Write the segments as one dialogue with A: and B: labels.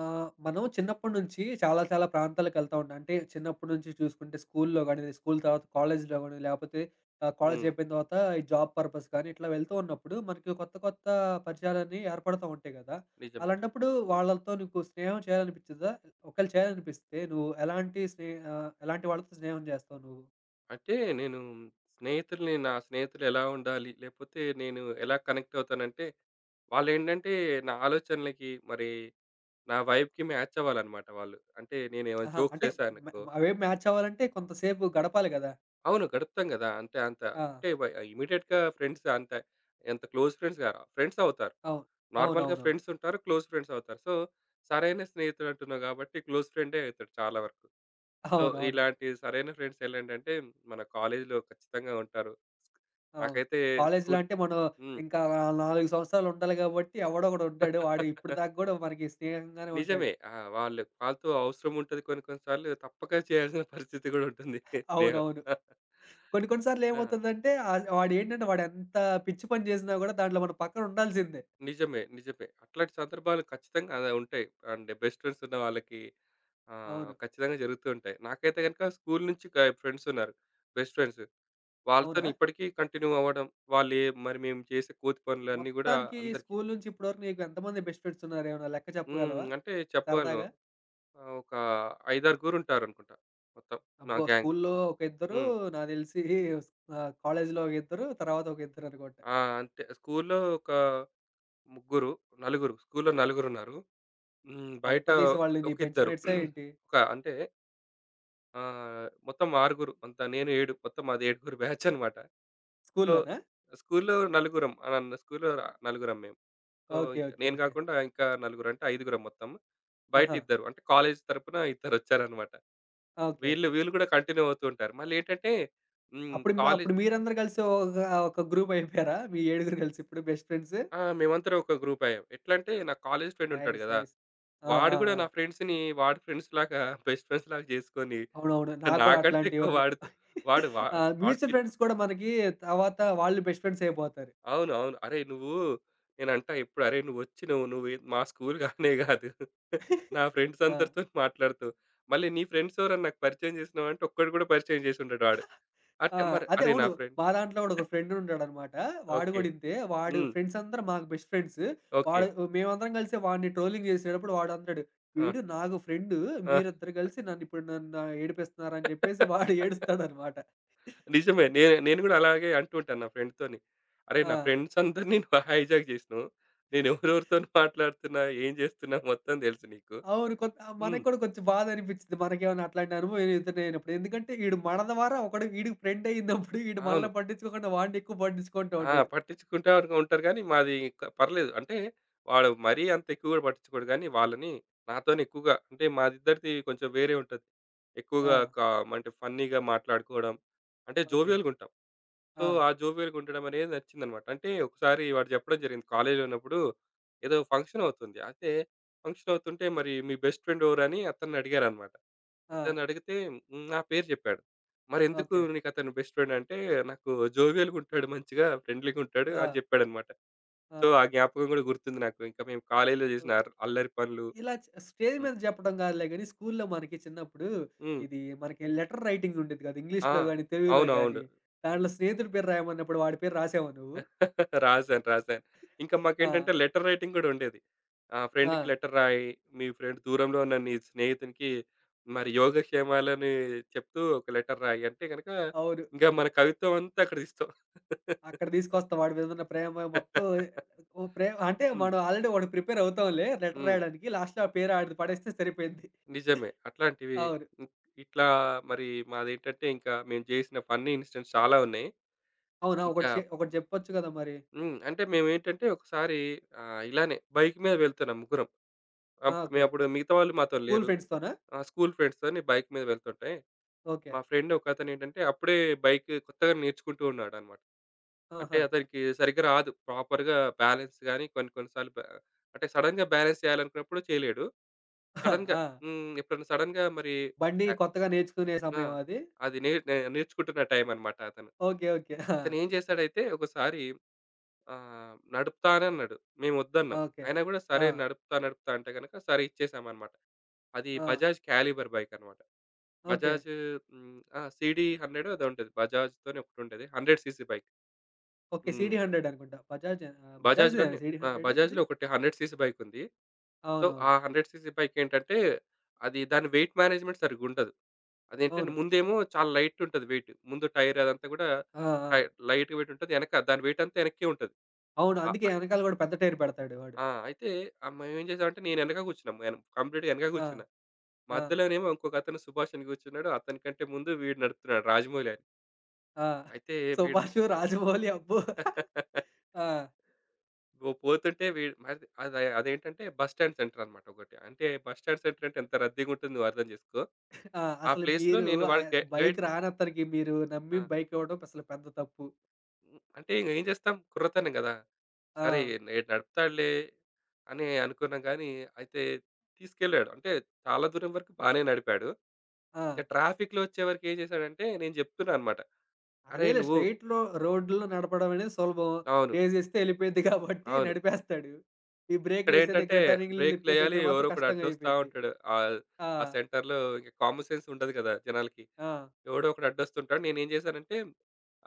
A: మనం చిన్నప్పటి నుంచి చాలా చాలా ప్రాంతాలకెళ్తా ఉంటాం. అంటే చిన్నప్పటి నుంచి చూసుకుంటే స్కూల్‌లో గాని, స్కూల్ తర్వాత కాలేజ్‌లో గాని, లేపోతే కాలేజ్
B: హ్మ్.
A: అయిపోయిన తర్వాత ఈ జాబ్ పర్పస్ కానీ ఇట్లా వెళ్తూ ఉన్నప్పుడు మనకి కొత్త కొత్త పరిచయాలన్నీ ఏర్పడతా ఉంటాయి కదా!
B: నిజమే.
A: అలాంటప్పుడు వాళ్ళతో నీకు స్నేహం చేయాలనిపించదా? ఒకవేళ చేయాలనిపిస్తే నువ్వు ఎలాంటి వాళ్ళతో స్నేహం చేస్తావు నువ్వు?
B: అంటే నేను స్నేహితుల్ని నా స్నేహితులు ఎలా ఉండాలి? లేపోతే నేను ఎలా కనెక్ట్ అవుతానంటే, వాళ్ళేంటంటే నా ఆలోచనలకి మరి నా వైబ్‌కి మ్యాచ్ అవ్వాలన్నమాట వాళ్ళు. అంటే నేనేమైనా
A: ఆహా!
B: జోక్స్
A: అంటే
B: చేశాననుకో
A: మ అవేవి మ్యాచ్ అవ్వాలంటే కొంతసేపు గడపాలి కదా!
B: అవును. గడుపుతాం గదా! అంటే అంత
A: ఆ!
B: అంటే వ ఇమ్మీడియేట్‌గా ఫ్రెండ్స్ అంత ఎంత క్లోజ్ ఫ్రెండ్స్ గారు. ఫ్రెండ్స్ అవుతారు.
A: అవును.
B: నార్మల్‌గా
A: అవునవునవును.
B: ఫ్రెండ్స్ ఉంటారు. క్లోజ్ ఫ్రెండ్స్ అవుతారు. సో, సరైన స్నేహితుడు అంటున్నావు గాబట్టి క్లోజ్ ఫ్రెండే అవుతాడు చాలా వరకు. సో,
A: అవునవును.
B: ఇలాంటి సరైన ఫ్రెండ్స్ ఎలాంటంటే మన కాలేజీలో ఖచ్చితంగా ఉంటారు.
A: అవును.
B: మాకైతే
A: కాలేజీలో
B: స్కూల్
A: అంటే మనం
B: హ్మ్.
A: ఇంకా ఆ 4 సంవత్సరాలు ఉండాలి కాబట్టి ఎవడో ఒకడు ఉంటాడు. వాడు ఇప్పటిదాకా గూడా మనకి స్నేహంగానే
B: నిజమే.
A: ఉంటాడు.
B: ఆ! వాళ్ళతో అవసరం ఉంటది, కొన్ని కొన్ని సార్లు తప్పక చేయాల్సిన పరిస్థితి గూడా ఉంటుంది స్నేహం.
A: అవునవును. కొన్ని కొన్ని సార్లు
B: ఆ!
A: ఏమవుతుందంటే వాడేంటంటే వాడెంత పిచ్చి పని చేసినా గూడా దాంట్లో మనం పక్కన ఉండాల్సిందే.
B: నిజమే. నిజమే. అట్లాంటి సందర్భాలు ఖచ్చితంగా అలా ఉంటాయి. అండ్ బెస్ట్ ఫ్రెండ్స్ ఉన్న వాళ్ళకి
A: అవును.
B: ఖచ్చితంగా జరుగుతూ ఉంటాయి. నాకైతే గనుక స్కూల్ నుంచి ఫ్రెండ్స్ ఉన్నారు. Best friends. వాళ్ళతోని
A: అవునా?
B: ఇప్పటికీ కంటిన్యూ అవ్వడం, వాళ్ళు ఏ మరి మేము చేసే కోతి పనులన్నీ గూడా
A: మొత్తానికి
B: అందరికీ
A: స్కూలు నుంచి ఇప్పటివరకు నీకు ఎంతమంది బెస్ట్ ఫ్రెండ్స్ ఉన్నారు? ఏమైనా లెక్క
B: హ్మ్.
A: చెప్పగలవా?
B: అంటే చెప్పగలను.
A: సరదాగా?
B: ఒక ఐదారుగురుంటారనుకుంటా మొత్తం మా
A: అబ్బో!
B: గ్యాంగ్.
A: స్కూలులో ఒక ఇద్దరు
B: హ్మ్.
A: నాకు తెలిసి కాలేజీలో ఒక ఇద్దరు, తర్వాత ఒక ఇద్దరు అనుకుంటా.
B: ఆ! అంతే. స్కూలులో ఒక ముగ్గురు, నలుగురు. స్కూలులో నలుగురున్నారు. హ్మ్. బయట
A: కొంపదీసి వాళ్ళు నీ
B: ఒక
A: బెంచ్
B: ఇద్దరు.
A: మేట్సా ఏంటి?
B: ఒక అంటే మొత్తం ఆరుగురు. అంతా నేను 7 మొత్తం మాది ఏడుగురు బ్యాచనమాట. సో,
A: స్కూల్లోనా?
B: స్కూలులో నలుగురం. ఆహ్, న స్కూలులో నలుగురం మేము. So,
A: okay.
B: ఇంక
A: ఓకే.
B: నేను
A: ఓకే.
B: గాకుండా ఇంకా నలుగురు అంటే ఐదుగురం మొత్తం.
A: ఆహా!
B: బయటిద్దరు. అంటే కాలేజీ తరపున ఇద్దరొచ్చారనమాట.
A: ఓకే.
B: వీళ్ళు వీళ్ళు కూడా కంటిన్యూ అవుతూ ఉంటారు. మళ్ళేంటంటే హ్మ్. కాలేజ్.
A: అప్పుడు మీరందరూ కలిసి ఒక ఒక గ్రూప్ అయిపోయారా? మీ ఏడుగురు కలిసి ఇప్పుడు బెస్ట్ ఫ్రెండ్స్.
B: ఆ! మేమందరం ఒక గ్రూప్ అయ్యాం. ఎట్లంటే నా కాలేజ్ ఫ్రెండ్ ఉంటాడు
A: నైస్.
B: గదా!
A: నైస్. ఆ!
B: వాడు
A: ఆ!
B: గూడా
A: ఆ!
B: నా ఫ్రెండ్స్‌ని వాడి ఫ్రెండ్స్ లాగా బెస్ట్ ఫ్రెండ్స్ లాగా జేసుకొని
A: అవునవును. నాకు గూడా
B: నాకంటే
A: అట్లాంటివి
B: ఎక్కువ
A: ఉన్నాయి.
B: వాడితో వాడు వా
A: ఆ!
B: వాడు
A: మ్యూచువల్
B: ఫీల్.
A: ఫ్రెండ్స్ కూడా మనకి తర్వాత వాళ్ళు బెస్ట్ ఫ్రెండ్స్ అయిపోతారు.
B: అవును. అవును. "అరేయ్! నువ్వు." నేనంటా ఎప్పుడు, "అరేయ్! నువ్వొచ్చి నువ్వు నువ్వు ఏ- మా స్కూల్ గానే గాదు. నా ఫ్రెండ్స్
A: ఆ!
B: అందరితోని మాట్లాడుతావు. మళ్ళీ నీ ఫ్రెండ్స్ ఎవరైనా నాకు పరిచయం జేసినావంటే" ఒక్కడు గూడా పరిచయం జేసుండడు వాడు.
A: ఆ!
B: అంటే మరి
A: అదే
B: అరే! నా
A: అవును.
B: ఫ్రెండ్
A: మా దాంట్లో గూడా ఒక ఫ్రెండ్ ఉంటాడనమాట. వాడు
B: ఓకే.
A: గూడా ఇంతే. వాడు
B: హ్మ్.
A: ఫ్రెండ్స్ అందరూ మాకు బెస్ట్ ఫ్రెండ్స్.
B: ఓకే.
A: వాడు మేమందరం కలిసి వాడిని ట్రోలింగ్ చేసేటప్పుడు వాడు అంటాడు,
B: ఆ!
A: "వీడు నాకు ఫ్రెండు మీరిద్దరు కలిసి నన్ను ఇప్పుడు నన్ను ఏడిపిస్తున్నారు" అని చెప్పేసి
B: ఆ!
A: వాడు ఏడుస్తాడనమాట.
B: నిజమే. నేను నేను గూడా అలాగే అంటూ ఉంటాను నా ఫ్రెండ్‌తోని. అరే!
A: ఆ!
B: నా ఫ్రెండ్స్ అందరిని నువ్వు హైజాక్ జేసినవు. నేను ఎవరెవరితోని మాట్లాడుతున్నా, ఏం జేస్తున్నా మొత్తం దెలుసు నీకు.
A: అవును. కొంత మనకు
B: హ్మ్.
A: కూడా కొంచెం బాధనిపిచ్చిద్ది. మనకేమన్నా అట్లాంటి అనుభవం ఎదురైనప్పుడు. ఎందుకంటే ఈడు మన ద్వారా ఒకడు ఈడికి ఫ్రెండ్ అయిందప్పుడు ఈడు
B: అవును.
A: మనల్ని పట్టించుకోకుండా వాడిని ఎక్కువ పట్టించుకుంటూ
B: ఆ!
A: ఉంటాడు.
B: పట్టించుకుంటా ఉంటారు గానీ, మాది పర్లేదు. అంటే వాడు మరీ అంత ఎక్కువ గూడా పట్టించుకోడు గానీ, వాళ్ళని నాతోని ఎక్కువగా అంటే మాదిద్దరిది కొంచెం వేరే ఉంటది.
A: ఆ!
B: ఎక్కువగా కా అంటే ఫన్నీగా మాట్లాడుకోవడం, అంటే
A: ఓకే.
B: జోవియల్‌గా ఉంటాం. సో,
A: ఆ!
B: ఆ జోవియల్‌గా ఉండడం అనేది నచ్చిందనమాట. అంటే ఒకసారి వాడు చెప్పడం జరిగింది. కాలేజ్‌లో ఉన్నప్పుడు ఏదో ఫంక్షన్ అవుతుంది. అయితే ఫంక్షన్ అవుతుంటే మరి మీ బెస్ట్ ఫ్రెండ్ ఎవరని అతన్ని అడిగారనమాట.
A: ఆ!
B: అతన్ని అడిగితే హ్మ్, నా పేరు చెప్పాడు. మరెందుకు
A: ఓకే.
B: నీకు అతను బెస్ట్ ఫ్రెండ్ అంటే నాకు జోవియల్‌గా ఉంటాడు, మంచిగా ఫ్రెండ్లీగా ఉంటాడు
A: ఆ!
B: అని చెప్పాడనమాట.
A: ఆ!
B: సో, ఆ జ్ఞాపకం కూడా గుర్తుంది నాకు. ఇంకా మేము కాలేజ్‌లో చేసిన
A: ఓకే.
B: అల్లరి పనులు.
A: ఇలా స్టేజ్
B: హ్మ్.
A: మీద చెప్పడం కాదులే గానీ స్కూల్లో మనకి చిన్నప్పుడు
B: హ్మ్.
A: ఇది మనకి లెటర్ రైటింగ్ ఉండేది కదా!
B: ఆ!
A: ఇంగ్లీష్‌లో గానీ, తెలుగులో గానీ.
B: అవునవును.
A: దాంట్లో స్నేహితుడి పేరు రాయమన్నప్పుడు వాడి పేరు రాసావా నువ్వు?
B: రాశాను. రాశాను. ఇంకా
A: ఆ!
B: మాకేంటంటే లెటర్ రైటింగ్ గూడా ఉండేది.
A: ఆ!
B: ఫ్రెండ్‌కి లెటర్ రాయి, మీ ఫ్రెండ్ దూరంలో ఉన్న నీ స్నేహితునికి మరి యోగక్షేమాలని చెప్తూ ఒక లెటర్ రాయి అంటే గనక
A: అవును.
B: ఇంక మన కవిత్వం అంతా అక్కడికిస్తాం.
A: అక్కడ తీసుకొస్తాం. వాడి మీదున్న ప్రేమ మొత్తం ఓ ప్రే అంటే
B: హ్మ్.
A: మనం ఆల్రెడీ వాడికి ప్రిపేర్ అవుతాంలే లెటర్
B: హ్మ్.
A: రాయడానికి. లాస్ట్‌లో ఆ పేరు ఆడిది పడేస్తే సరిపోయింది.
B: నిజమే. అట్లాంటివి
A: అవును.
B: ఇ ఇట్లా మరి మాదేంటంటే ఇంకా మేము జేసిన ఫన్నీ ఇన్సిడెంట్స్ చాలా ఉన్నాయి.
A: అవునా?
B: ఇంకా
A: ఒకటి చెప్పొచ్చు కదా మరి.
B: హ్మ్. అంటే మేమేంటంటే ఒకసారి ఇలానే బైక్ మీద వెళ్తున్నాం ముగ్గురం.
A: ఆ! ఓకే.
B: మేమప్పుడు మిగతా వాళ్ళు మాతో
A: స్కూల్
B: లేరు.
A: ఫ్రెండ్స్‌తోనా?
B: ఆ! స్కూల్ ఫ్రెండ్స్‌తోని బైక్ మీద వెళ్తుంటే,
A: ఓకే.
B: మా ఫ్రెండ్ ఒకతనేంటంటే, అప్పుడే బైక్ కొత్తగా నేర్చుకుంటూ ఉన్నాడనమాట. అంటే
A: ఆహా!
B: అతనికి సరిగ్గా రాదు. ప్రాపర్‌గా బ్యాలెన్స్ గాని, కొన్ని కొన్ని సార్లు బ అంటే సడెన్‌గా బ్యాలెన్స్ చేయాలనుకున్నప్పుడు చేయలేడు.
A: ఆ!
B: సడెన్‌గా
A: ఆ.
B: హ్మ్. ఎప్పుడన్నా సడెన్‌గా మరి
A: బండి
B: అ
A: కొత్తగా నేర్చుకునే
B: ఆ!
A: సమయమా అది?
B: అది నే నే నేర్చుకుంటున్న టైం అనమాట అతను.
A: ఓకే. ఓకే. ఆ!
B: అతనేం చేశాడైతే ఒకసారి నడుపుతానన్నాడు.
A: ఆ,
B: మేమొద్దన్నాం.
A: ఓకే.
B: అయినా గూడా
A: ఆ!
B: సరే నడుపుతా, నడుపుతా అంటే గనక సరే ఇచ్చేసామనమాట. అది
A: ఆ!
B: బజాజ్ క్యాలిబర్ బైక్ అనమాట.
A: ఓకే.
B: బజాజ్ హ్మ్. ఆ! సీడీ హండ్రెడో ఏదో ఉంటది. బజాజ్‌తోనే ఒకటుంటది. 100 సీసీ బైక్.
A: ఓకే.
B: హ్మ్.
A: సీడీ 100 అనుకుంటా. బజాజ్‌దేనా
B: బజాజ్‌లోనే
A: సీడీ
B: ఆ!
A: 100 అది?
B: బజాజ్‌లో ఒకటి 100 సీసీ బైక్ ఉంది. సో,
A: అవునవును.
B: ఆ 100 సీసీ బైక్ ఏంటంటే, అది దాని వెయిట్ మేనేజ్‌మెంట్ సరిగ్గా ఉండదు.
A: అవును.
B: అదేంటంటే
A: అవును.
B: ముందేమో చాలా లైట్ ఉంటది వెయిట్. ముందు టైర్ అదంతా కూడా
A: ఆ! ఆ!
B: టై లైట్ వెయిట్ ఉంటది. వెనక దాని వెయిట్ అంతా వెనక్కే ఉంటది.
A: అవును.
B: ఆ!
A: అందుకే
B: అట్లా.
A: ఎనకాల గూడా పెద్ద టైర్ పెడతాడు వాడు.
B: ఆ! అయితే మేమేం చేసామంటే నేను వెనక కూర్చున్నాం. నేను కంప్లీట్‌గా వెనక
A: ఆ!
B: కూర్చున్నా.
A: ఆ!
B: మధ్యలోనేమో ఇంకొకతను సుభాష్ అని కూర్చున్నాడు. అతని కంటే ముందు వీడు నడుపుతున్నాడు, రాజమౌళి ఆయన.
A: ఆ!
B: అయితే వీడు
A: 'సుభాష్, రాజమౌళి' అబ్బో! ఆ!
B: ఓ పోతుంటే వీడు మరి అదేంటంటే బస్ స్టాండ్ సెంటర్ అనమాట ఒకటి. అంటే బస్ స్టాండ్ సెంటర్ అంటే ఎంత రద్దీగా ఉంటుందో నువ్వు అర్థం చేసుకో.
A: ఆ!
B: ఆ
A: అసలు
B: ప్లేస్‌లో
A: మీరు
B: నేను వాడికి గైడ్
A: బైక్
B: చేస్.
A: రానతనికి మీరు
B: ఆ!
A: నమ్మి బైక్ ఇవ్వడం అసలు పెద్ద తప్పు.
B: హ్మ్. అంటే ఇంక ఏం చేస్తాం, కుర్రతనం గదా!
A: ఆ!
B: సరే నేను నడుపుతాడులే అని అనుకున్నాం గానీ, అయితే తీసుకెళ్ళాడు. అంటే చాలా దూరం వరకు బానే నడిపాడు.
A: ఆ!
B: ఇంక ట్రాఫిక్‌లో వచ్చేవరకు ఏం చేశాడంటే నేను చెప్తున్నా అనమాట. "అరేయ్!
A: అదేలే
B: నువ్వు."
A: స్ట్రెయిట్ రోడ్‌లో నడపడం అనేది సులభం.
B: అవును.
A: రేసేస్తే ఎళ్ళిపోయిద్ది కాబట్టి
B: అవును.
A: నడిపేస్తాడు. ఈ బ్రేకులేసే
B: ఇక్కడేంటంటే
A: దగ్గర, టర్నింగ్‌లు లిప్పే
B: బ్రేకులెయ్యాలి.
A: దగ్గర
B: ఎవరో
A: మాత్రం
B: ఒకడు
A: కష్టంగా
B: అడ్డొస్తా
A: అయిపోయిద్ది.
B: ఉంటాడు. ఆహ్,
A: ఆ!
B: ఆ సెంటర్‌లో ఇక కామన్ సెన్స్ ఉండదు కదా! జనాలకి.
A: ఆ!
B: ఎవడో ఒకడు అడ్డొస్తుంటాడు. నేనేం చేశానంటే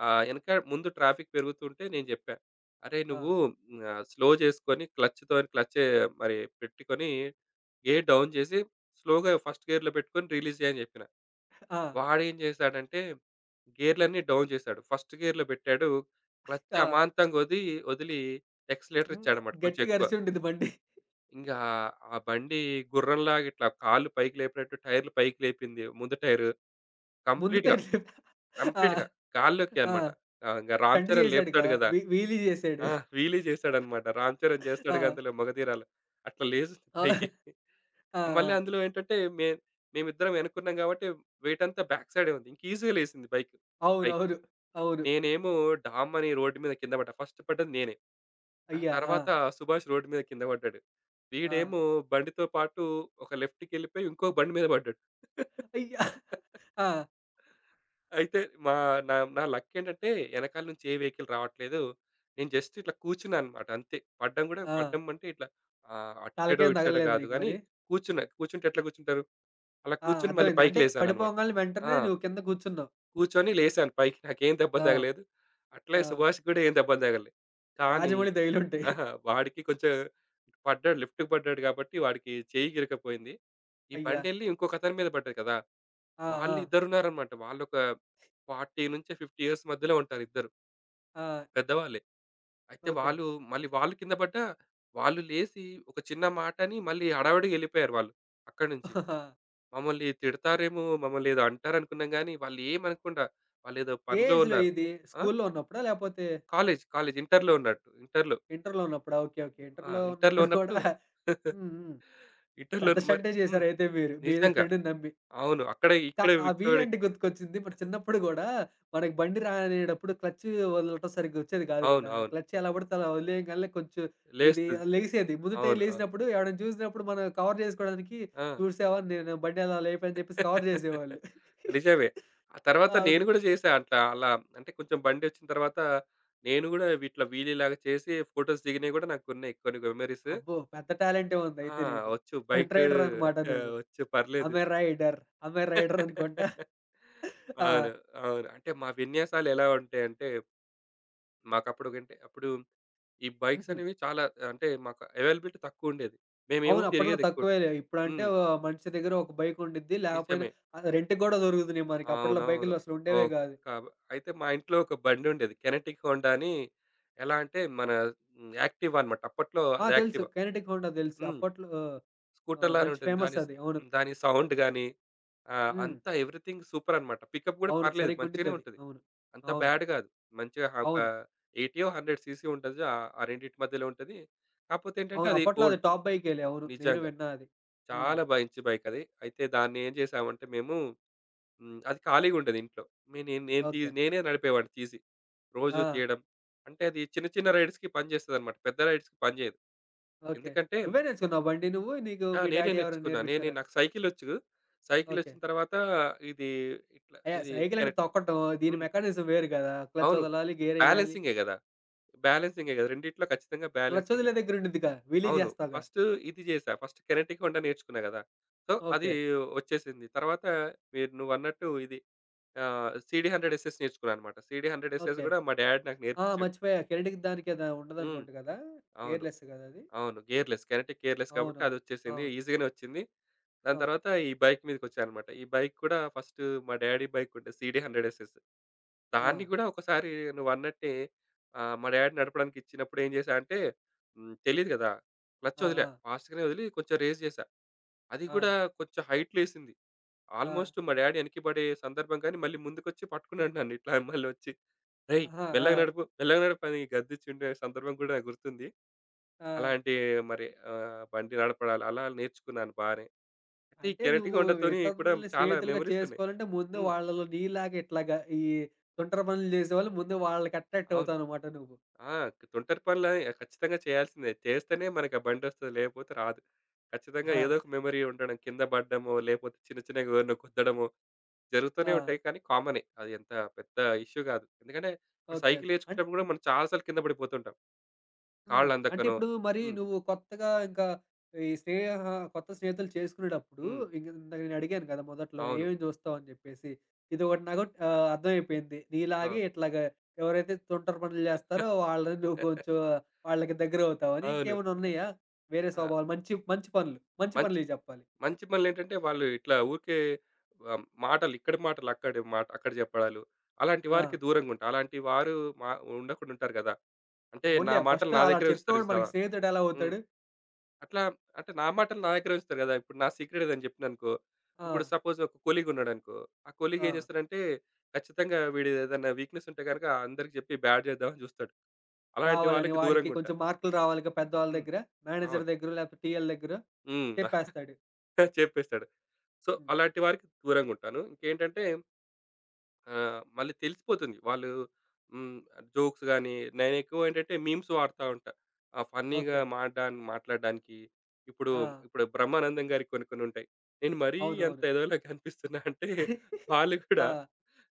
B: ఎనక ముందు ట్రాఫిక్ పెరుగుతుంటే నేను జెప్పా. "అరేయ్!
A: ఆ!
B: నువ్వు స్లో చేసుకొని క్లచ్ మరి పెట్టుకొని గేర్ డౌన్ చేసి స్లోగా ఫస్ట్ గేర్‌లో పెట్టుకొని రిలీజ్ చెయ్" అని జెప్పిన.
A: ఆ!
B: వాడేం చేశాడంటే గేర్‌లన్నీ డౌన్ చేశాడు. ఫస్ట్ గేర్‌లో పెట్టాడు. క్లచ్
A: ఆ!
B: అమాంతంగా వదిలి యాక్సిలరేటర్
A: హ్మ్.
B: ఇచ్చాడన్నమాట కొంచెం
A: గట్టిగా
B: ఎక్కువ.
A: అరిచి ఉండిద్ది బండి.
B: ఇంగా ఆ బండి గుర్రంలాగా ఇట్లా కాళ్ళు పైకి లేపినట్టు టైర్‌లు పైకి లేపింది. ముందు టైరు
A: ముందు
B: కంప్లీట్‌గా,
A: టైర్ ఆ!
B: కంప్లీట్‌గా గాల్లోకి
A: ఆ!
B: అన్నమాట. ఆ! ఇంగ 'రామ్
A: స్టంట్
B: చరణ్'
A: చేశాడుగా.
B: లేపుతాడు గదా!
A: వీలీ చేశాడు.
B: ఆ! వీలీ చేశాడన్నమాట. 'రామ్ చరణ్' చేస్తాడుగా
A: ఆ!
B: అందులో మగధీరాల. అట్లా లేస్తుంది
A: ఆ!
B: పైకి.
A: ఆ! ఆ!
B: మళ్ళీ అందులో ఏంటంటే మేమిద్దరం వెనక్కున్నాం గాబట్టి వెయిట్ అంతా బ్యాక్ సైడే ఉంది. ఇంక ఈజీగా లేసింది బైక్ పైకి.
A: అవునవును. అవును.
B: నేనేమో డామ్ అని రోడ్డు మీద కింద పడ్డా. ఫస్ట్ పడ్డది నేనే. ఆ
A: అయ్యా! ఆ!
B: తర్వాత సుభాష్ రోడ్డు మీద కింద పడ్డాడు.
A: ఆ!
B: వీడేమో బండితో పాటు ఒక లెఫ్ట్‌కెళ్ళిపోయి ఇంకో బండి మీద పడ్డాడు.
A: అయ్యా! ఆ!
B: అయితే మా నా నా లక్ ఏంటంటే ఎనకాల నుంచి ఏ వెహికల్ రావట్లేదు. నేను జస్ట్ ఇట్లా కూర్చున్నానన్నమాట అంతే. పడ్డం కూడా
A: ఆ!
B: పడ్డం అంటే ఇట్లా అటు సైడో,
A: తలకేం
B: ఇటు సైడో
A: తగలలేదు
B: కాదు
A: నీకు
B: గానీ
A: మరి?
B: కూర్చున్నా. కూర్చుంటే ఎట్లా కూర్చుంటారు? అలా
A: ఆ!
B: కూర్చొని మళ్ళీ
A: అర్థమైంది.
B: పైకి
A: అంటే
B: లేసానన్నమాట.
A: పడిపోంగాల్నే
B: ఆ!
A: వెంటనే నువ్వు కింద కూర్చున్నావు.
B: కూర్చొని లేసాను పైకి. నాకేం దెబ్బలు
A: ఆ!
B: తగలేదు. అట్లే
A: ఆ!
B: సుభాష్‌కి కూడా ఏం దెబ్బలు తగలే. కానీ
A: రాజమౌళి దయలుంటాయి.
B: ఆహా! వాడికి కొంచెం పడ్డాడు, లెఫ్ట్‌కి పడ్డాడు కాబట్టి వాడికి చెయ్యి గిరకపోయింది. ఈ
A: అయ్యా!
B: బండెళ్ళి ఇంకొక అతని మీద పడ్డది కదా!
A: ఆ! ఆ!
B: వాళ్ళిద్దరున్నారనమాట. వాళ్ళొక 40 నుంచి 50 ఇయర్స్ మధ్యలో ఉంటారు ఇద్దరు.
A: ఆ!
B: పెద్దవాళ్ళే. అయితే
A: ఓకే.
B: వాళ్ళు మళ్ళీ వాళ్ళు కింద పడ్డా, వాళ్ళు లేసి ఒక చిన్న మాటని మళ్ళీ హడావిడిగా ఎళ్ళిపోయారు వాళ్ళు అక్కడి నుంచి. మమ్మల్ని తిడతారేమో, మమ్మల్ని ఏదో అంటారనుకున్నాం గానీ, వాళ్ళేమనకుండా వాళ్ళేదో
A: ఏ
B: పనిలో
A: ఏజ్‌లో
B: ఉన్నారు.
A: ఇది?
B: ఆ!
A: స్కూల్లో ఉన్నప్పుడా? లేపోతే
B: కాలేజ్, కాలేజ్ ఇంటర్‌లో ఉన్నట్టు. ఇంటర్‌లో.
A: ఇంటర్‌లో ఉన్నప్పుడా? ఓకే. ఓకే.
B: ఆ!
A: ఇంటర్‌లో
B: ఇంటర్‌లో
A: ఉన్నప్పుడు
B: ఉన్నప్పుడు
A: కూడా హ్మ్. హ్మ్.
B: ఇంటర్‌లో
A: పెద్ద
B: మరి
A: స్టంటే
B: హ్మ్.
A: చేసారయితే మీరు మీ
B: నిజంగా.
A: ఫ్రెండ్‌ని నమ్మి.
B: అవును. అక్కడ
A: క
B: ఇక్కడ
A: ఆ
B: ఇక్కడ
A: వీలంటే గుర్తుకొచ్చింది. ఇప్పుడు చిన్నప్పుడు గూడా మనకి బండి రానేటప్పుడు క్లచ్ వదలటం సరిగ్గా వచ్చేది కాదు
B: అవును.
A: గదా!
B: అవును.
A: క్లచ్ ఎలా పడితే అలా వదిలేయగాల్నే కొంచెం ఇది
B: లేస్తది.
A: లెగిసేది. ముందు
B: అవును.
A: టైర్
B: అవును.
A: లేసినప్పుడు ఎవడైనా చూసినప్పుడు మనం కవర్ జేసుకోవడానికి
B: ఆ!
A: చూసావా నేను బండి ఎలా లేపా అని చెప్పేసి కవర్ జేసేవాళ్ళు.
B: నిజమే. ఆ తర్వాత
A: అవును.
B: నేను గూడా చేశా అట్లా. అలా అంటే కొంచెం బండొచ్చిన తర్వాత నేను గూడా ఇట్లా వీలీలాగా చేసి ఫోటోస్ దిగినవి గూడా నాకున్నాయి కొన్ని మెమోరీస్.
A: అబ్బో! పెద్ద టాలెంటే
B: ఆ!
A: ఉందయితే నీకు.
B: వచ్చు
A: కంటె
B: బైక్
A: రైడర్ అనమాట
B: ఆ!
A: నువ్వు.
B: వచ్చు పర్లేదు.
A: ఆమె రైడర్, ఆమె రైడర్ అనుకుంటా. ఆ!
B: అవును. అవును. అంటే మా విన్యాసాలు ఎలా ఉంటాయంటే మాకప్పుడు కంటే అప్పుడు ఈ బైక్స్
A: హుహు.
B: అనేవి చాలా అంటే మాకు అవైలబిలిటీ తక్కువుండేది. మేమేమో
A: అవును. అప్పట్లో
B: తిరిగేది ఎక్కువుండేది.
A: తక్కువేలే. ఇప్పుడంటే
B: హ్మ్.
A: మనిషి దగ్గర ఒక బైక్ ఉండిద్ది. లేకపోయినా
B: నిజమే.
A: రెంట్‌కి గూడా దొరుకుతున్నాయి మనకి. అప్పట్లో
B: అవునవును.
A: బైకులు అసలు ఉండేవే
B: ఓహ్!
A: గాదు.
B: కాబ అయితే మా ఇంట్లో ఒక బండుండేది, కెనెటిక్ హోండా అని. ఎలా అంటే మన హ్మ్. యాక్టివా అన్నమాట. అప్పట్లో
A: ఆ!
B: అది
A: తెలుసు.
B: యాక్టివా.
A: కైనెటిక్ హోండా తెలుసు.
B: హ్మ్.
A: అప్పట్లో
B: స్కూటర్‌లానే
A: మంచి
B: ఉంటుంది.
A: ఫేమస్ అది. అవును.
B: దాని సౌండ్ గాని
A: హ్మ్.
B: అంతా ఎవ్రీథింగ్ సూపర్ అన్నమాట. పికప్ గూడా
A: అవును.
B: పర్లేదు, మంచిగానే
A: సరిగ్గుండిద్దది.
B: ఉంటది.
A: అవును.
B: అంత
A: అవును.
B: బ్యాడ్ గాదు. మంచిగా ఒక
A: అవును.
B: 80 ఓ, 100 సీసీ ఉంటది. ఆ ఆ రెండిటి మధ్యలో ఉంటది. కాపోతే ఏంటంటే
A: అవును.
B: అది
A: అప్పట్లో అది
B: ఓల్డ్.
A: టాప్ బైకేలే. అవును. నేను
B: నిజంగా.
A: విన్నా అది. హ్మ్.
B: చాలా బా ఇంచు బైక్ అది. అయితే దాన్ని ఏం చేసామంటే మేము హ్మ్. అది ఖాళీగా ఉండేది ఇంట్లో. మే నేను నేను తీ
A: ఓకే.
B: నేనే నడిపేవాడిని తీసి. రోజు
A: ఆ!
B: తీయడం. అంటే అది చిన్న చిన్న రైడ్స్‌కి పనిచేస్తదన్నమాట. పెద్ద రైడ్స్‌కి పనిచేయదు.
A: ఓకే.
B: ఎందుకంటే
A: నువ్వే నేర్చుకున్నావా బండి నువ్వు? నీకు
B: ఆ!
A: మీ
B: నేనే
A: డ్యాడీ ఎవరైనా
B: నేర్చుకున్నా. నేనే
A: నేర్పిచ్చారా?
B: నాకు సైకిలొచ్చు.
A: ఓకే.
B: సైకిలొచ్చిన తర్వాత ఇది
A: యాహ్!
B: ఇది
A: సైకిల్ అంటే
B: కరెక్ట్.
A: తొక్కటం. దీని
B: హ్మ్.
A: మెకానిజం వేరు గదా! క్లచ్
B: అవును.
A: వదలాలి, గేరేయాలి.
B: బ్యాలెన్సింగే గదా! బ్యాలెన్సింగే గదా! రెండిట్లో ఖచ్చితంగా
A: క్లచ్
B: బ్యాలెన్సింగ్.
A: వదిలే దగ్గర ఉండిద్దిగా. వీలీ
B: అవును.
A: జేస్తావుగా?
B: ఫస్ట్ ఇది చేశా. ఫస్ట్ కెనెటిక్ వంట నేర్చుకున్నా గదా! సో, అది
A: ఓకే.
B: వచ్చేసింది. తర్వాత నువ్వన్నట్టు ఇది సీడీ 100 ఎస్ఎస్ నేర్చుకున్నా అనమాట. CD 100 SS
A: okay.
B: గూడా మా డ్యాడ్ నాకు
A: ఆ!
B: నేర్పించాడు.
A: మర్చిపోయా. కెనెడికి దానికి ఏదో
B: హ్మ్.
A: ఉండదనుకుంట గదా!
B: అవును.
A: ఎయిర్‌లెస్ గదా అది.
B: అవును. గేర్‌లెస్. కరెక్ట్, గేర్‌లెస్ కాబట్టి
A: అవునవును.
B: అదొచ్చేసింది.
A: అవును.
B: ఈజీగానే వచ్చింది. దాని
A: ఓకే.
B: తర్వాత ఈ బైక్ మీదకొచ్చానన్నమాట. ఈ బైక్ కూడా ఫస్ట్ మా డ్యాడీ బైక్ ఉండే సీడీ 100 ఎస్ఎస్.
A: ఆ!
B: దాన్ని గూడా ఒకసారి నువ్వన్నట్టే మా డ్యాడీ నడపడానికి ఇచ్చినప్పుడు ఏం చేశా అంటే హ్మ్. తెలీదు గదా! క్లచ్
A: ఆ!
B: వదిలా.
A: ఆ!
B: ఫాస్ట్‌గానే వదిలి కొంచెం రేస్ చేశా. అది
A: ఆ!
B: కూడా కొంచెం హైట్‌లో ఎసింది.
A: ఆ!
B: ఆల్మోస్ట్ మా డ్యాడీ వెనక్కి పడే సందర్భం గానీ మళ్ళీ ముందుకొచ్చి పట్టుకున్నాడు నన్ను ఇట్లా మళ్ళొచ్చి. "రేయ్!
A: ఆహా! ఆ!
B: మెల్లగా నడుపు, మెల్లగా నడుపు" అని గద్దిచ్చిండే సందర్భం కూడా నాకు గుర్తుంది.
A: ఆ!
B: అలాంటి మరి బండి నడపడాలు అలా నేర్చుకున్నాను బానే. అయితే ఈ
A: అంటే నువ్వు
B: కెరటిగొండతోని కూడా
A: ఇతరులని
B: చాలా
A: స్నేహితులుగా
B: మెమోరీస్ ఉన్నాయి.
A: చేసుకోవాలంటే ముందు
B: హ్మ్.
A: వాళ్ళలో నీలాగా ఇట్లాగా ఈ తుంటరి పనులు జేసేవాళ్ళు ముందు వాళ్ళకి అట్రాక్ట్
B: అవును.
A: అవుతావనమాట నువ్వు.
B: ఆ! తొంటరి పనులు అని ఖచ్చితంగా చేయాల్సిందే. చేస్తేనే మనకు ఆ బండొస్తది. లేకపోతే రాదు. ఖచ్చితంగా
A: ఆ!
B: ఏదో ఒక మెమరీ ఉండడం, కింద పడ్డమో, లేకపోతే చిన్న చిన్నగా ఎవరినో గుద్దడమో జరుగుతూనే
A: ఆ!
B: ఉంటాయి. కానీ కామనే. అది ఎంత పెద్ద ఇష్యూ కాదు. ఎందుకంటే
A: ఓకే.
B: ఇప్పుడు
A: ఓకే.
B: సైకిల్
A: అంటే
B: నేర్చుకునేటప్పుడు కూడా మనం చాలా సార్లు కింద పడిపోతుంటాం.
A: హ్మ్.
B: కాళ్ళు
A: అంటే
B: అందకనో
A: ఇప్పుడు మరి
B: హ్మ్.
A: నువ్వు కొత్తగా ఇంకా ఈ స్నేహ కొత్త స్నేహితులు చేసుకునేటప్పుడు
B: హ్మ్.
A: ఇంక ఇందాక నేను అడిగాను కదా! మొదట్లో
B: అవును.
A: ఏమేమి చూస్తావు అని చెప్పేసి. ఇదొకటి నాకు అర్థమైపోయింది.
B: ఆ!
A: నీలాగే ఇట్లాగా ఎవరైతే తుంటరి పనులు చేస్తారో వాళ్ళని నువ్వు కొంచెం వాళ్ళకి దగ్గరవుతావని.
B: అవును.
A: ఇంకేమైనా ఉన్నాయా? వేరే
B: ఆ!
A: స్వభావాలు మంచి మంచి పనులు. మంచి
B: మంచి
A: పనులివి చెప్పాలి.
B: మంచి పనులేంటంటే వాళ్ళు ఇట్లా ఊరికే మాటలు ఇక్కడి మాటలు అక్కడ చెప్పడాలు. అలాంటి
A: ఆ!
B: వారికి దూరంగా ఉంటా. అలాంటి వారు మా ఉండకుండా ఉంటారు గదా! అంటే నా
A: అవునులే
B: మాటలు
A: ఫస్ట్
B: నా
A: అలా
B: దగ్గరే ఉంచుతారు
A: చెప్పేవాడు
B: చూసావా?
A: మనకి స్నేహితుడు ఎలా
B: హ్మ్.
A: అవుతాడు?
B: అట్లా అంటే నా మాటలు నా దగ్గరే ఉంచుతారు గదా! ఇప్పుడు నా సీక్రెట్ ఏదైనా చెప్పిననుకో,
A: ఆ!
B: ఇప్పుడు సపోజ్ ఒక కొలీగ్ ఉన్నాడనుకో, ఆ కొలీగ్
A: ఆ!
B: ఏం చేస్తాడంటే ఖచ్చితంగా వీడిదేదైనా వీక్‌నెస్ ఉంటే గనుక అందరికి చెప్పి బ్యాడ్ చేద్దామని చూస్తాడు. అలాంటి
A: కావాలని
B: వాళ్ళకి
A: వాడికి
B: దూరంగా ఉంటా.
A: కొంచెం మార్కులు రావాలిగా పెద్దవాళ్ళ
B: హ్మ్.
A: దగ్గర. మేనేజర్
B: అవును.
A: దగ్గరో లేకపోతే TL దగ్గరో
B: హ్మ్.
A: చెప్పేస్తాడు.
B: చెప్పేస్తాడు. సో,
A: హ్మ్.
B: అలాంటి వారికి దూరంగా ఉంటాను. ఇంకేంటంటే ఆ! మళ్ళీ తెలిసిపోతుంది. వాళ్ళు హ్మ్. జోక్స్ గాని, నేనెక్కువ ఏంటంటే మీమ్స్ వాడతా ఉంటా. ఆ ఫన్నీగా
A: ఓకే.
B: మాట్లాడడానికి. ఇప్పుడు,
A: ఆ!
B: ఇప్పుడు బ్రహ్మానందం గారికి కొన్ని కొన్ని ఉంటాయి. నేను మరీ అంత
A: అవునవును.
B: ఎదవలా కనిపిస్తున్నా అంటే వాళ్ళు కూడా
A: ఆ!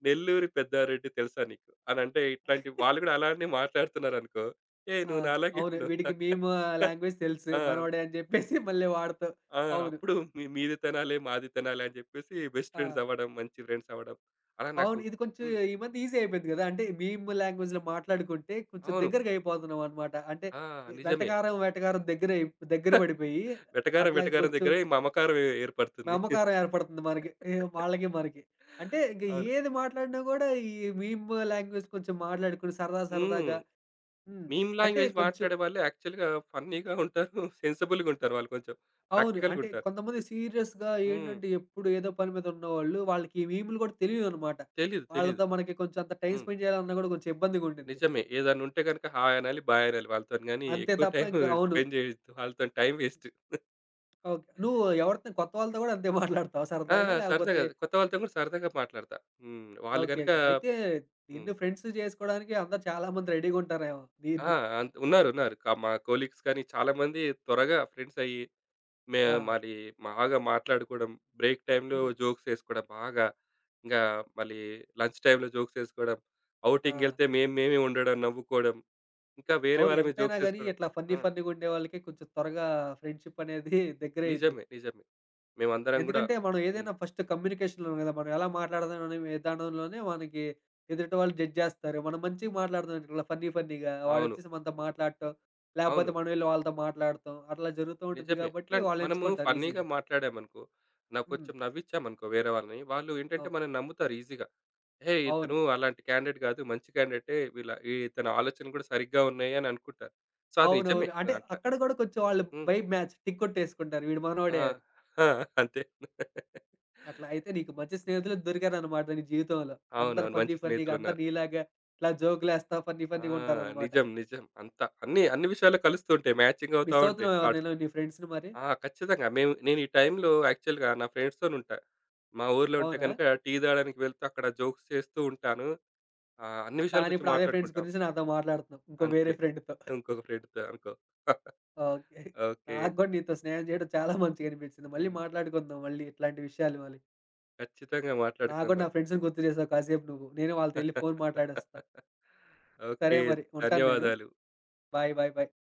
B: నెల్లూరి పెద్దారెడ్డి తెలుసా నీకు? అనంటే ఇట్లాంటి వాళ్ళు కూడా అలానే మాట్లాడుతున్నారనుకో, "ఏయ్!
A: ఆ!
B: నువ్వు నాలాగే
A: అవును.
B: ఉన్నావు."
A: వీడికి మీమ్ లాంగ్వేజ్ తెలుసు.
B: ఆ!
A: మనోడే అని చెప్పేసి మళ్ళీ వాడతాం.
B: ఆ!
A: అవును.
B: అప్పుడు మీ మీది తెనాలే, మాది తెనాలే అని చెప్పేసి బెస్ట్
A: ఆ!
B: ఫ్రెండ్స్ అవ్వడం, మంచి ఫ్రెండ్స్ అవ్వడం. అలా నాకు
A: అవును. ఇది కొంచెం
B: హ్మ్.
A: ఈ మధ్య ఈజీ అయిపోయింది గదా! అంటే మీమ్ లాంగ్వేజ్‌లో మాట్లాడుకుంటే కొంచెం
B: అవును.
A: దగ్గరగా అయిపోతున్నామనమాట. అంటే
B: ఆ! నిజమే.
A: వెటకారం, వెటకారం దగ్గర అయి దగ్గర పడిపోయి
B: వెటకారం
A: అట్లా
B: వెటకారం
A: కొంచెం
B: దగ్గరే ఈ మమకారం ఏర్పడుతుంది.
A: నమ్మకారం ఏర్పడుతుంది మనకి. ఏ వాళ్ళకి, మనకి. అంటే ఇంక
B: అవును.
A: ఏది మాట్లాడినా గూడా ఈ మీమ్ లాంగ్వేజ్ కొంచెం మాట్లాడుకొని సరదా
B: హ్మ్.
A: సరదాగా హ్మ్.
B: మీమ్
A: అంటే
B: లాంగ్వేజ్
A: కొంచెం
B: మాట్లాడే వాళ్ళు యాక్చువల్‌గా ఫన్నీగా ఉంటారు. సెన్సిబుల్‌గా ఉంటారు వాళ్ళు కొంచెం.
A: అవును.
B: ప్రాక్టికల్‌గా
A: అంటే
B: ఉంటారు.
A: కొంతమంది సీరియస్‌గా
B: హ్మ్.
A: ఏంటంటే ఎప్పుడు ఏదో పని మీద ఉన్నవాళ్ళు వాళ్ళకి ఈ మీమ్‌లు గూడా తెలియవనమాట.
B: తెలీదు. తెలీదు.
A: వాళ్ళతో మనకి కొంచెం అంత టైమ్
B: హ్మ్.
A: స్పెండ్ చేయాలన్నా గూడా కొంచెం ఇబ్బందిగా ఉండిద్ది.
B: నిజమే. ఏదన్నా ఉంటే గనుక హాయ్ అనాలి, బాయ్ అనాలి వాళ్ళతోని గానీ
A: అంతే
B: ఎక్కువ
A: తప్ప
B: టైమ్
A: ఇంకా అవును.
B: స్పెండ్ చేయొద్దు. వాళ్ళతోని టైమ్ వేస్ట్.
A: ఓకే. నువ్వు ఎవరితో కొత్త వాళ్ళతో గూడా అంతే మాట్లాడతావా
B: ఆ!
A: సరదాగా? లేకపోతే
B: సరదాగా కొత్త వాళ్ళతో కూడా సరదాగా మాట్లాడతా. హ్మ్. వాళ్ళు
A: ఓకే.
B: గనుక
A: ఓకే. అయితే
B: హ్మ్.
A: నిన్ను ఫ్రెండ్స్ చేసుకోవడానికి అందరూ చాలా మంది రెడీగా ఉంటారేమో.
B: ఆ! ఉన్నారు. ఉన్నారు. మా కొలీగ్స్ కానీ చాలామంది త్వరగా ఫ్రెండ్స్ అయ్యి మే
A: ఆ!
B: మరి బాగా మాట్లాడుకోవడం, బ్రేక్ టైమ్‌లో
A: హ్మ్.
B: జోక్స్ ఏసుకోవడం బాగా. ఇంగా మళ్ళీ లంచ్ టైమ్‌లో జోక్స్ ఏసుకోవడం,
A: ఆ!
B: ఔటింగ్‌కెళ్తే మేము మేమే ఉండడం, నవ్వుకోవడం, ఇంకా వేరే
A: అవును.
B: వాళ్ళ మీద
A: ఎంతైనా
B: జోక్స్
A: గాని
B: ఏసుకోవడం.
A: ఇట్లా ఫన్నీ
B: ఆ!
A: ఫన్నీగా ఉండేవాళ్ళకి కొంచెం త్వరగా ఫ్రెండ్‌షిప్ అనేది దగ్గరయిద్ది.
B: నిజమే. నిజమే. మేమందరం గూడా
A: ఎందుకంటే మనం
B: హ్మ్.
A: ఏదైనా ఫస్ట్ కమ్యూనికేషన్‌లోనే కదా! మనం ఎలా మాట్లాడదాం అనే విధానంలోనే మనకి ఎదుటి వాళ్ళు జడ్జ్ జేస్తారు. మనం మంచిగా మాట్లాడదాం ఇట్లా ఫన్నీ ఫన్నీగా.
B: అవును.
A: వాడొచ్చేసి మనతో మాట్లాడటం,
B: అవును.
A: లేపోతే మనం ఎళ్లి వాళ్ళతో మాట్లాడటం అట్లా జరుగుతూ ఉంటుంది
B: నిజమే.
A: కాబట్టి
B: అట్లాం
A: వాళ్ళు
B: మనము
A: ఎంచుకుంటారు
B: ఫన్నీగా
A: ఈజీగా.
B: మాట్లాడామనుకో, నాకు
A: హ్మ్.
B: కొంచెం నవ్విచ్చామనుకో వేరే వాళ్ళని, వాళ్ళు ఏంటంటే
A: అవు
B: మనల్ని నమ్ముతారు ఈజీగా. "హేయ్!
A: అవును.
B: ఇతను అలాంటి క్యాండిడేట్ గాదు. మంచి క్యాండిడేటే. ఇతని ఆలోచనలు గూడా సరిగ్గా ఉన్నాయి" అని అనుకుంటారు. సో, అది నిజమే.
A: అవునవును. అంటే
B: అట్లా.
A: అక్కడ కూడా కొంచెం వాళ్ళు
B: హ్మ్.
A: వైబ్ మ్యాచ్ టిక్ కొట్టేసుకుంటారు. వీడు
B: ఆ!
A: మనోడే అని.
B: ఆ! అంతే.
A: అట్లా అయితే నీకు మంచి స్నేహితులు దొరికారనమాట నీ జీవితంలో. అందరూ
B: అవునవును. మంచి
A: ఫన్నీ ఫన్నీగా అందరూ
B: స్నేహితులున్నారు.
A: నీలాగా ఇట్లా జోకులేస్తా ఫన్నీ
B: ఆ!
A: ఫన్నీగా ఉంటారనమాట.
B: నిజం. నిజం. అంతా అన్ని అన్ని విషయాల్లో కలుస్తూ ఉంటాయి. మ్యాచింగ్ అవుతా
A: మిస్
B: ఉంటాయి
A: అవుతున్నావా
B: థాట్స్.
A: ఎవరినైనా నీ ఫ్రెండ్స్‌ని మరి?
B: ఆ! ఖచ్చితంగా. నేను ఈ టైంలో యాక్చువల్‌గా నా ఫ్రెండ్స్‌తోనుంటా. మా ఊర్లో ఉంటే
A: అవునా?
B: గనుక టీ తాగడానికి వెళ్తే అక్కడ జోక్స్ చేస్తూ ఉంటాను. అన్ని విషయాల
A: కానీ
B: గురించి
A: ఇప్పుడు అదే ఫ్రెండ్స్
B: మాట్లాడుకుంటాం.
A: గురించి నాతో మాట్లాడుతున్నావు. ఇంకో
B: అంతే.
A: వేరే ఫ్రెండ్‌తో.
B: ఇంకొక ఫ్రెండ్‌తో అనుకో.
A: ఓకే.
B: ఓకే.
A: నాకు కూడా నీతో స్నేహం చేయడం చాలా మంచిగా అనిపించింది. మళ్ళీ
B: హ్మ్.
A: మాట్లాడుకుందాం మళ్ళీ ఇట్లాంటి విషయాలు మళ్ళీ.
B: ఖచ్చితంగా
A: నాకు కూడా నా
B: మాట్లాడుకుందాం.
A: ఫ్రెండ్స్‌ని గుర్తు చేసావు కాసేపు నువ్వు. నేను వాళ్ళతో ఎళ్లి ఫోన్ మాట్లాడొస్తా. సరే
B: ఓకే.
A: మరి ఉంటాను నేను.
B: ధన్యవాదాలు.
A: బాయ్. బాయ్. బాయ్.